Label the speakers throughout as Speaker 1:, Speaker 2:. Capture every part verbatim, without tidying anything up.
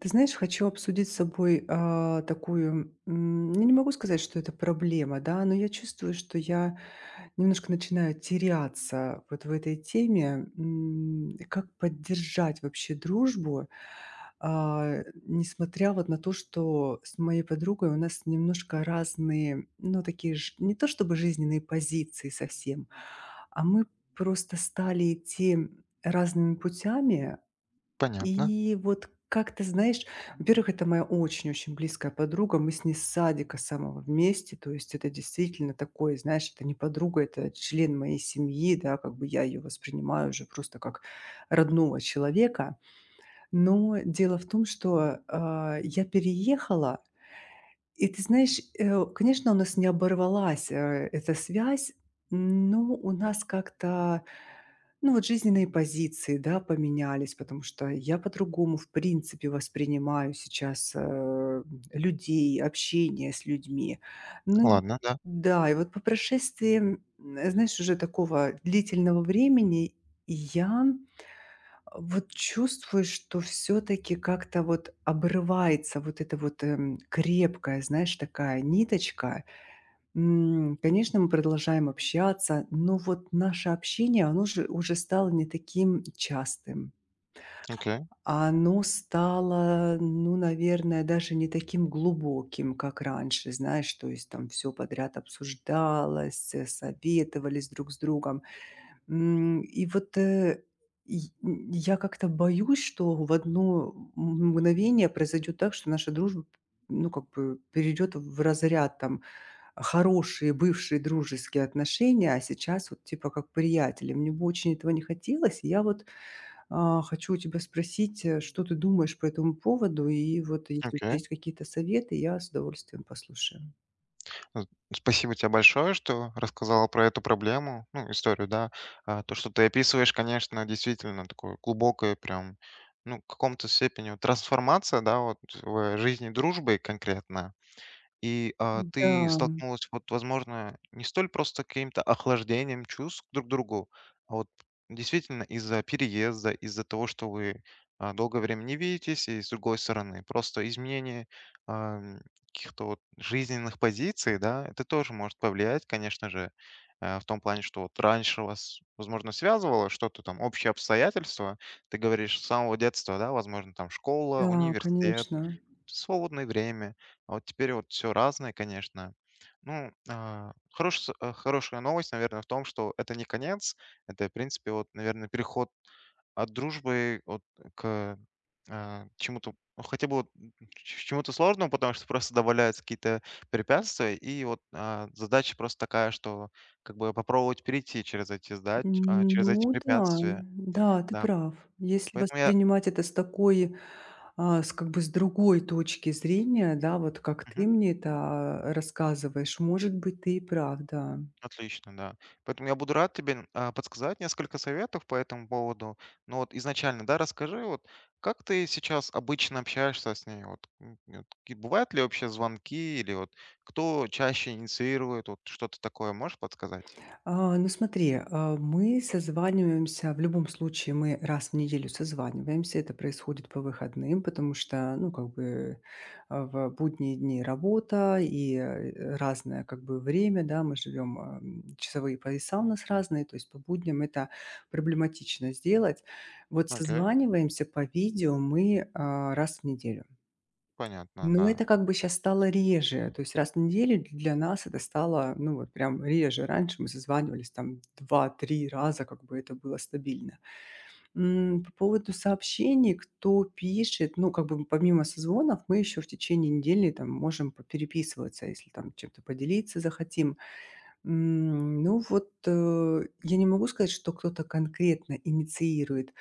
Speaker 1: Ты знаешь, хочу обсудить с собой, а, такую, м, ну, не могу сказать, что это проблема, да, но я чувствую, что я немножко начинаю теряться вот в этой теме, м, и как поддержать вообще дружбу, а, несмотря вот на то, что с моей подругой у нас немножко разные, ну, такие ж не то чтобы жизненные позиции совсем, а мы просто стали идти разными путями.
Speaker 2: Понятно.
Speaker 1: И вот как-то, знаешь, во-первых, это моя очень-очень близкая подруга. Мы с ней с садика самого вместе. То есть это действительно такое, знаешь, это не подруга, это член моей семьи, да, как бы я ее воспринимаю уже просто как родного человека. Но дело в том, что а, я переехала, и ты знаешь, э, конечно, у нас не оборвалась, э, эта связь, но у нас как-то, ну, вот жизненные позиции, да, поменялись, потому что я по-другому, в принципе, воспринимаю сейчас, э, людей, общение с людьми. Ну
Speaker 2: Ладно, да.
Speaker 1: да, и вот по прошествии, м, знаешь, уже такого длительного времени я а, Вот чувствуешь, что все таки как-то вот обрывается вот эта вот, эм, крепкая, знаешь, такая ниточка. М, конечно, мы продолжаем общаться, но вот наше общение, оно же уже стало не таким частым.
Speaker 2: Окей,
Speaker 1: Оно стало, ну, наверное, даже не таким глубоким, как раньше, знаешь, то есть там все подряд обсуждалось, э, советовались друг с другом. М, и вот, э, и н я как-то боюсь, что в одно м мгновение произойдет так, что наша дружба, ну, как бы перейдет в разряд там: хорошие бывшие дружеские отношения, а сейчас вот типа как приятели. Мне бы очень этого не хотелось. И я вот, а, хочу у тебя спросить, э, что ты думаешь по этому поводу? И вот если у тебя
Speaker 2: окей.
Speaker 1: есть какие-то советы, я с удовольствием послушаю.
Speaker 2: З Спасибо тебе большое, что рассказала про эту проблему, ну, историю, да. А, то, что ты описываешь, конечно, действительно такое глубокое прям, ну, в каком-то степени вот трансформация, да, вот в жизни дружбы конкретно. И, а, ты
Speaker 1: Да,
Speaker 2: столкнулась, вот, возможно, не столь просто каким-то охлаждением чувств друг к другу, а вот действительно из-за переезда, из-за того, что вы, а, долгое время не видитесь, и, с другой стороны, просто изменение, ам, каких-то вот жизненных позиций, да, это тоже может повлиять, конечно же, э, в том плане, что вот раньше вас, возможно, связывало что-то там, общие обстоятельства. Ты говоришь, с самого детства, да, возможно, там школа,
Speaker 1: да,
Speaker 2: университет,
Speaker 1: конечно.
Speaker 2: свободное время. А вот теперь вот все разное, конечно. Ну, а, хорош- э, хорошая новость, наверное, в том, что это не конец. Это, в принципе, вот, наверное, переход от дружбы вот, к а, чему-то, ну, хотя бы вот, м, к чему-то сложному, потому что просто добавляются какие-то препятствия, и вот а, задача просто такая, что как бы попробовать перейти через эти задач, а, через эти
Speaker 1: Ну да,
Speaker 2: препятствия,
Speaker 1: да, ты
Speaker 2: да.
Speaker 1: прав. Если
Speaker 2: Поэтому я...
Speaker 1: воспринимать это с такой, а, с как бы с другой точки зрения, да, вот как ты мне это, а, рассказываешь, может быть, ты и прав, да.
Speaker 2: Отлично, да. Поэтому я буду рад тебе, а, подсказать несколько советов по этому поводу. Но вот изначально, да, расскажи, вот как ты сейчас обычно общаешься с ней? Вот, м, вот ки- бывают ли вообще звонки или вот кто чаще инициирует, вот что-то такое можешь подсказать?
Speaker 1: А, ну смотри, а, мы созваниваемся, в любом случае мы раз в неделю созваниваемся, это происходит по выходным, потому что, ну, как бы а, в будние дни работа и э, разное как бы время, да, мы живем, а, м, часовые пояса у нас разные, то есть по будням это проблематично сделать. Вот
Speaker 2: Окей,
Speaker 1: созваниваемся по видео мы а, раз в неделю.
Speaker 2: понятно,
Speaker 1: Ну,
Speaker 2: да,
Speaker 1: это как бы сейчас стало реже. То есть раз в неделю для нас это стало, ну, вот прям реже. Раньше мы созванивались там два-три раза, как бы это было стабильно. М, по поводу сообщений, кто пишет, ну, как бы помимо созвонов мы еще в течение недели там можем переписываться, если там чем-то поделиться захотим. М, ну, вот, э, я не могу сказать, что кто-то конкретно инициирует.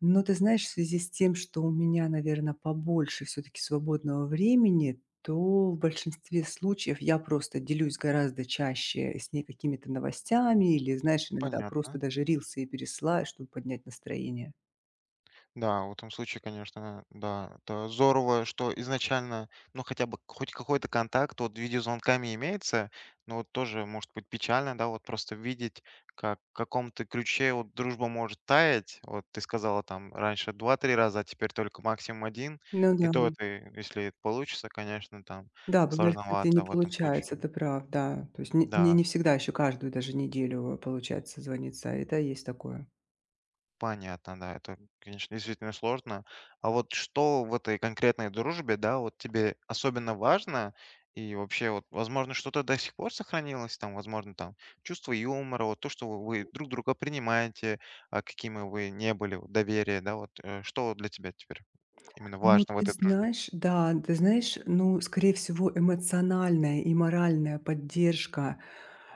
Speaker 1: Ну, ты знаешь, в связи с тем, что у меня, наверное, побольше все таки свободного времени, то в большинстве случаев я просто делюсь гораздо чаще с ней какими-то новостями или, знаешь, иногда просто
Speaker 2: понятно.
Speaker 1: даже рилсы и пересылаю, чтобы поднять настроение.
Speaker 2: Да, в этом случае, конечно, да, это здорово, что изначально, ну, хотя бы хоть какой-то контакт вот видеозвонками имеется, но вот тоже может быть печально, да, вот просто видеть, как в каком-то ключе вот дружба может таять. Вот ты сказала там раньше два-три раза, а теперь только максимум один.
Speaker 1: Ну
Speaker 2: И
Speaker 1: да.
Speaker 2: то это, если получится, конечно, там
Speaker 1: Да, бывает, кстати, не
Speaker 2: сложновато в этом
Speaker 1: получается,
Speaker 2: случае.
Speaker 1: ты прав, да. То есть не мне
Speaker 2: Да.
Speaker 1: не всегда еще каждую даже неделю, э, получается звониться, это есть такое.
Speaker 2: Понятно, да, это, конечно, действительно сложно. А вот что в этой конкретной дружбе, да, вот тебе особенно важно? И вообще, вот, возможно, что-то до сих пор сохранилось, там, возможно, там, чувство юмора, вот то, что вы друг друга принимаете, а, какими вы не были, вот, доверие, да, вот, э, что для тебя теперь именно
Speaker 1: Ну,
Speaker 2: важно в
Speaker 1: ты
Speaker 2: этой дружбе?
Speaker 1: знаешь, да, ты знаешь, ну, скорее всего, эмоциональная и моральная поддержка,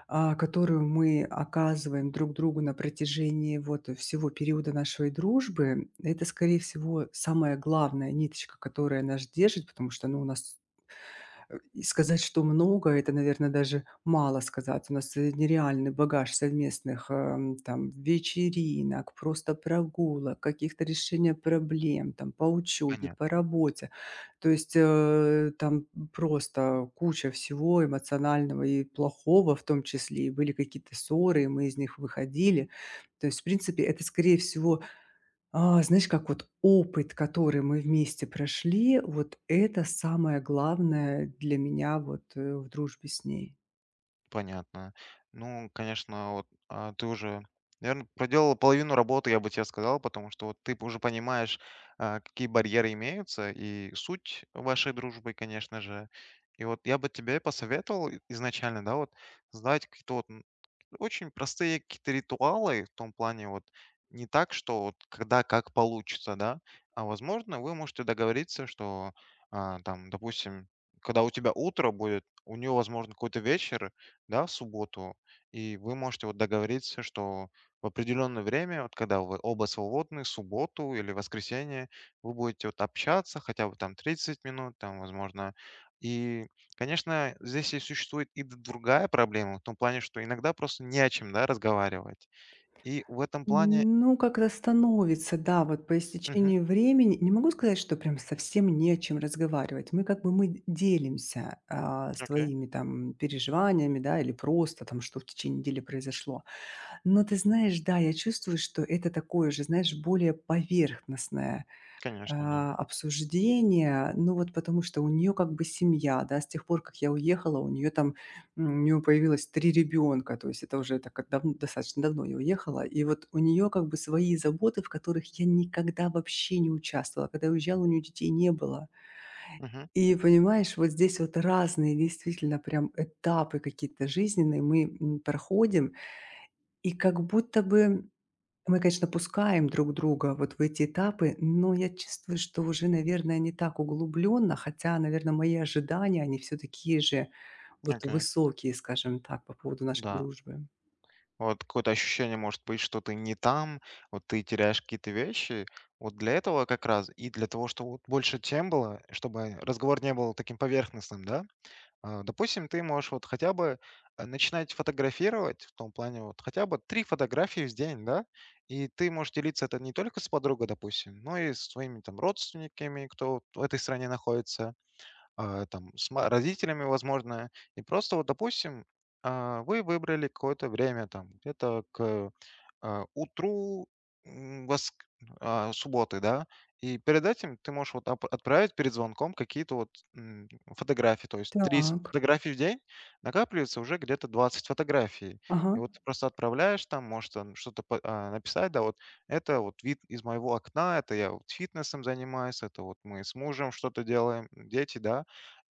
Speaker 1: а, которую мы оказываем друг другу на протяжении вот всего периода нашей дружбы, это, скорее всего, самая главная ниточка, которая нас держит, потому что, ну, у нас Э, и сказать, что много- это, наверное, даже мало сказать. У нас, э, нереальный багаж совместных, эм, там вечеринок, просто прогулок, каких-то решения проблем там по учебе,
Speaker 2: Понятно.
Speaker 1: по работе. То есть, э, там просто куча всего эмоционального и плохого в том числе. И были какие-то ссоры, и мы из них выходили. То есть, в принципе, это, скорее всего, а, знаешь, как вот опыт, который мы вместе прошли, вот это самое главное для меня вот, э, в дружбе с ней.
Speaker 2: Понятно. Ну, конечно, вот, а, ты уже, наверное, проделала половину работы, я бы тебе сказал, потому что вот ты уже понимаешь, а, какие барьеры имеются и суть вашей дружбы, конечно же. И вот я бы тебе посоветовал и- изначально, да, вот, создать какие-то вот очень простые какие-то ритуалы в том плане вот не так, что вот когда как получится, да, а возможно вы можете договориться, что а, там, допустим, когда у тебя утро будет, у нее, возможно, какой-то вечер, да, в субботу, и вы можете вот договориться, что в определенное время, вот когда вы оба свободны, в субботу или воскресенье, вы будете вот общаться хотя бы там тридцать минут, там, возможно, и конечно, здесь и существует и д другая проблема, в том плане, что иногда просто не о чем, да, разговаривать. И в этом плане.
Speaker 1: Ну, как-то становится, да, вот по
Speaker 2: Мгм.
Speaker 1: истечении времени. Не могу сказать, что прям совсем не о чем разговаривать. Мы как бы мы делимся а,
Speaker 2: Окей.
Speaker 1: своими там переживаниями, да, или просто там, что в течение недели произошло. Но ты знаешь, да, я чувствую, что это такое же, знаешь, более поверхностное
Speaker 2: Конечно, да.
Speaker 1: а, обсуждения. Ну, вот потому что у нее как бы семья, да. С тех пор, как я уехала, у нее там, м, у нее появилось три ребенка. То есть это уже так как давн достаточно давно я уехала. И вот у нее как бы свои заботы, в которых я никогда вообще не участвовала. Когда я уезжала, у нее детей не было.
Speaker 2: Мгм.
Speaker 1: И понимаешь, вот здесь вот разные действительно прям этапы какие-то жизненные мы, м, проходим. И как будто бы мы, конечно, пускаем друг друга вот в эти этапы, но я чувствую, что уже, наверное, не так углубленно, хотя, наверное, мои ожидания, они все такие же вот
Speaker 2: Окей.
Speaker 1: высокие, скажем так, по поводу нашей
Speaker 2: Да.
Speaker 1: дружбы.
Speaker 2: Вот какое-то ощущение может быть, что ты не там, вот ты теряешь какие-то вещи. Вот для этого как раз и для того, чтобы вот больше тем было, чтобы разговор не был таким поверхностным, да? А, Допустим, ты можешь вот хотя бы э, начинать фотографировать, в том плане вот хотя бы три фотографии в день, да, и ты можешь делиться это не только с подругой, допустим, но и с своими там родственниками, кто в этой стране находится, а, там, с ма родителями, возможно. И просто вот, допустим, а, вы выбрали какое-то время, там, где-то к, а, утру, м, воск а, субботы, да. И перед этим ты можешь вот ап отправить перед звонком какие-то вот, м, фотографии. То есть три с
Speaker 1: Так.
Speaker 2: фотографии в день, накапливается уже где-то двадцать фотографий. И
Speaker 1: Ага.
Speaker 2: вот ты просто отправляешь там, может, там что-то по, а, написать, да, вот: "Это вот вид из моего окна, это я вот фитнесом занимаюсь, это вот мы с мужем что-то делаем, дети", да.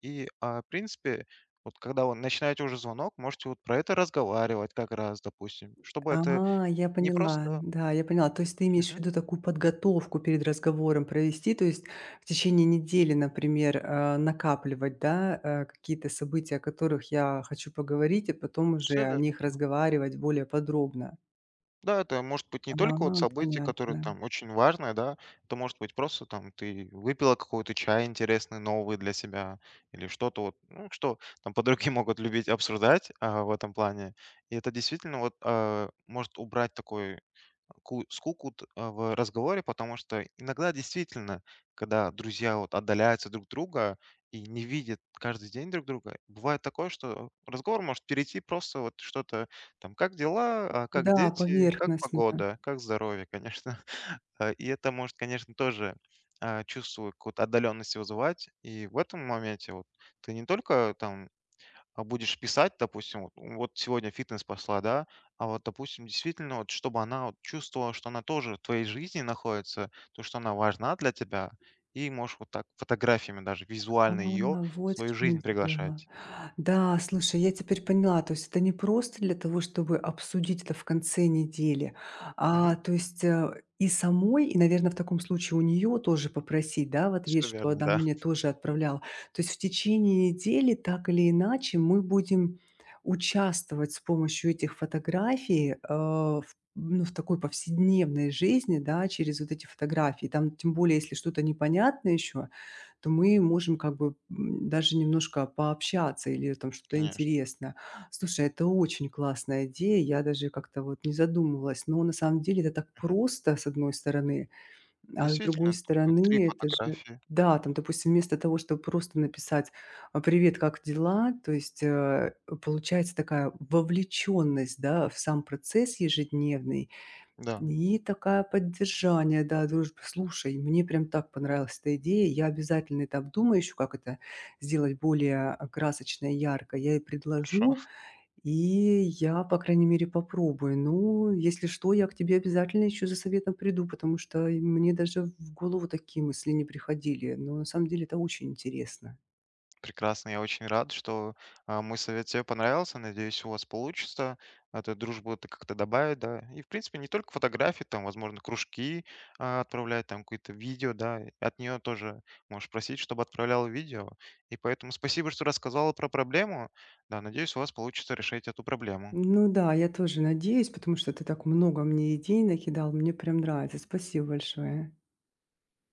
Speaker 2: И, а, в принципе, вот когда вы начинаете уже звонок, можете вот про это разговаривать как раз, допустим, чтобы это
Speaker 1: А, я
Speaker 2: не
Speaker 1: поняла.
Speaker 2: просто.
Speaker 1: Да, я поняла. То есть ты имеешь в
Speaker 2: Мгм.
Speaker 1: виду такую подготовку перед разговором провести, то есть в течение недели, например, э, накапливать, да, э, какие-то события, о которых я хочу поговорить, и потом уже о
Speaker 2: Верно.
Speaker 1: них
Speaker 2: Ну
Speaker 1: разговаривать более подробно.
Speaker 2: да, это может быть не
Speaker 1: А,
Speaker 2: только вот событие, которое
Speaker 1: понятно.
Speaker 2: там очень важное, да. Это может быть просто там ты выпила какой-то чай интересный, новый для себя или что-то вот, ну, что там подруги могут любить обсуждать, а, в этом плане. И это действительно вот, а, может убрать такой ку- скуку т- а, в разговоре, потому что иногда действительно, когда друзья вот отдаляются друг друга и не видят каждый день друг друга, бывает такое, что разговор может перейти просто вот что-то там, как дела, а как
Speaker 1: Да,
Speaker 2: дети, как
Speaker 1: поверхностно.
Speaker 2: погода, как здоровье, конечно. А, И это может, конечно, тоже а, чувство какой-то отдаленности вызывать. И в этом моменте вот ты не только там а будешь писать, допустим, вот, вот сегодня фитнес пошла, да, а вот, допустим, действительно, вот, чтобы она вот чувствовала, что она тоже в твоей жизни находится, то, что она важна для тебя, и можешь вот так фотографиями даже
Speaker 1: А,
Speaker 2: визуально ее в
Speaker 1: вот в
Speaker 2: свою
Speaker 1: чём
Speaker 2: жизнь
Speaker 1: дело.
Speaker 2: приглашать.
Speaker 1: Да, слушай, я теперь поняла. То есть это не просто для того, чтобы обсудить это в конце недели,
Speaker 2: Угу,
Speaker 1: а, то есть, э, и самой, и, наверное, в таком случае у нее тоже попросить, да, в ответ,
Speaker 2: все
Speaker 1: что
Speaker 2: верно,
Speaker 1: она
Speaker 2: да,
Speaker 1: мне тоже отправляла. То есть в течение недели так или иначе мы будем участвовать с помощью этих фотографий, э, в ну, в такой повседневной жизни, да, через вот эти фотографии. Там тем более, если что-то непонятно еще, то мы можем как бы, м, даже немножко пообщаться или там что-то
Speaker 2: конечно.
Speaker 1: интересное. Слушай, это очень классная идея, я даже как-то вот не задумывалась, но на самом деле это так
Speaker 2: Мгм.
Speaker 1: просто, с одной стороны, а с другой
Speaker 2: Действительно, только три
Speaker 1: стороны, это же
Speaker 2: фотографии.
Speaker 1: да, там, допустим, вместо того, чтобы просто написать, а, "Привет, как дела?", то есть, э, получается такая вовлеченность, да, в сам процесс ежедневный.
Speaker 2: Да,
Speaker 1: И такая поддержание, да, дружбы. Слушай, мне прям так понравилась эта идея. Я обязательно там думаю еще, как это сделать более а, красочно и ярко. Я ей предложу,
Speaker 2: хорошо.
Speaker 1: и я, по крайней мере, попробую. Ну, если что, я к тебе обязательно еще за советом приду, потому что и мне даже в голову такие мысли не приходили. Но на самом деле это очень интересно.
Speaker 2: Прекрасно, я очень рад, что а, мой совет тебе понравился. Надеюсь, у вас получится эту дружбу это как-то добавить, да. И, в принципе, не только фотографии, там, возможно, кружки а, отправлять, там, какое-то видео, да. И от нее тоже можешь просить, чтобы отправляла видео. И поэтому спасибо, что рассказала про проблему. Да, надеюсь, у вас получится решить эту проблему.
Speaker 1: Ну да, я тоже надеюсь, потому что ты так много мне идей накидал. Мне прям нравится. Спасибо большое.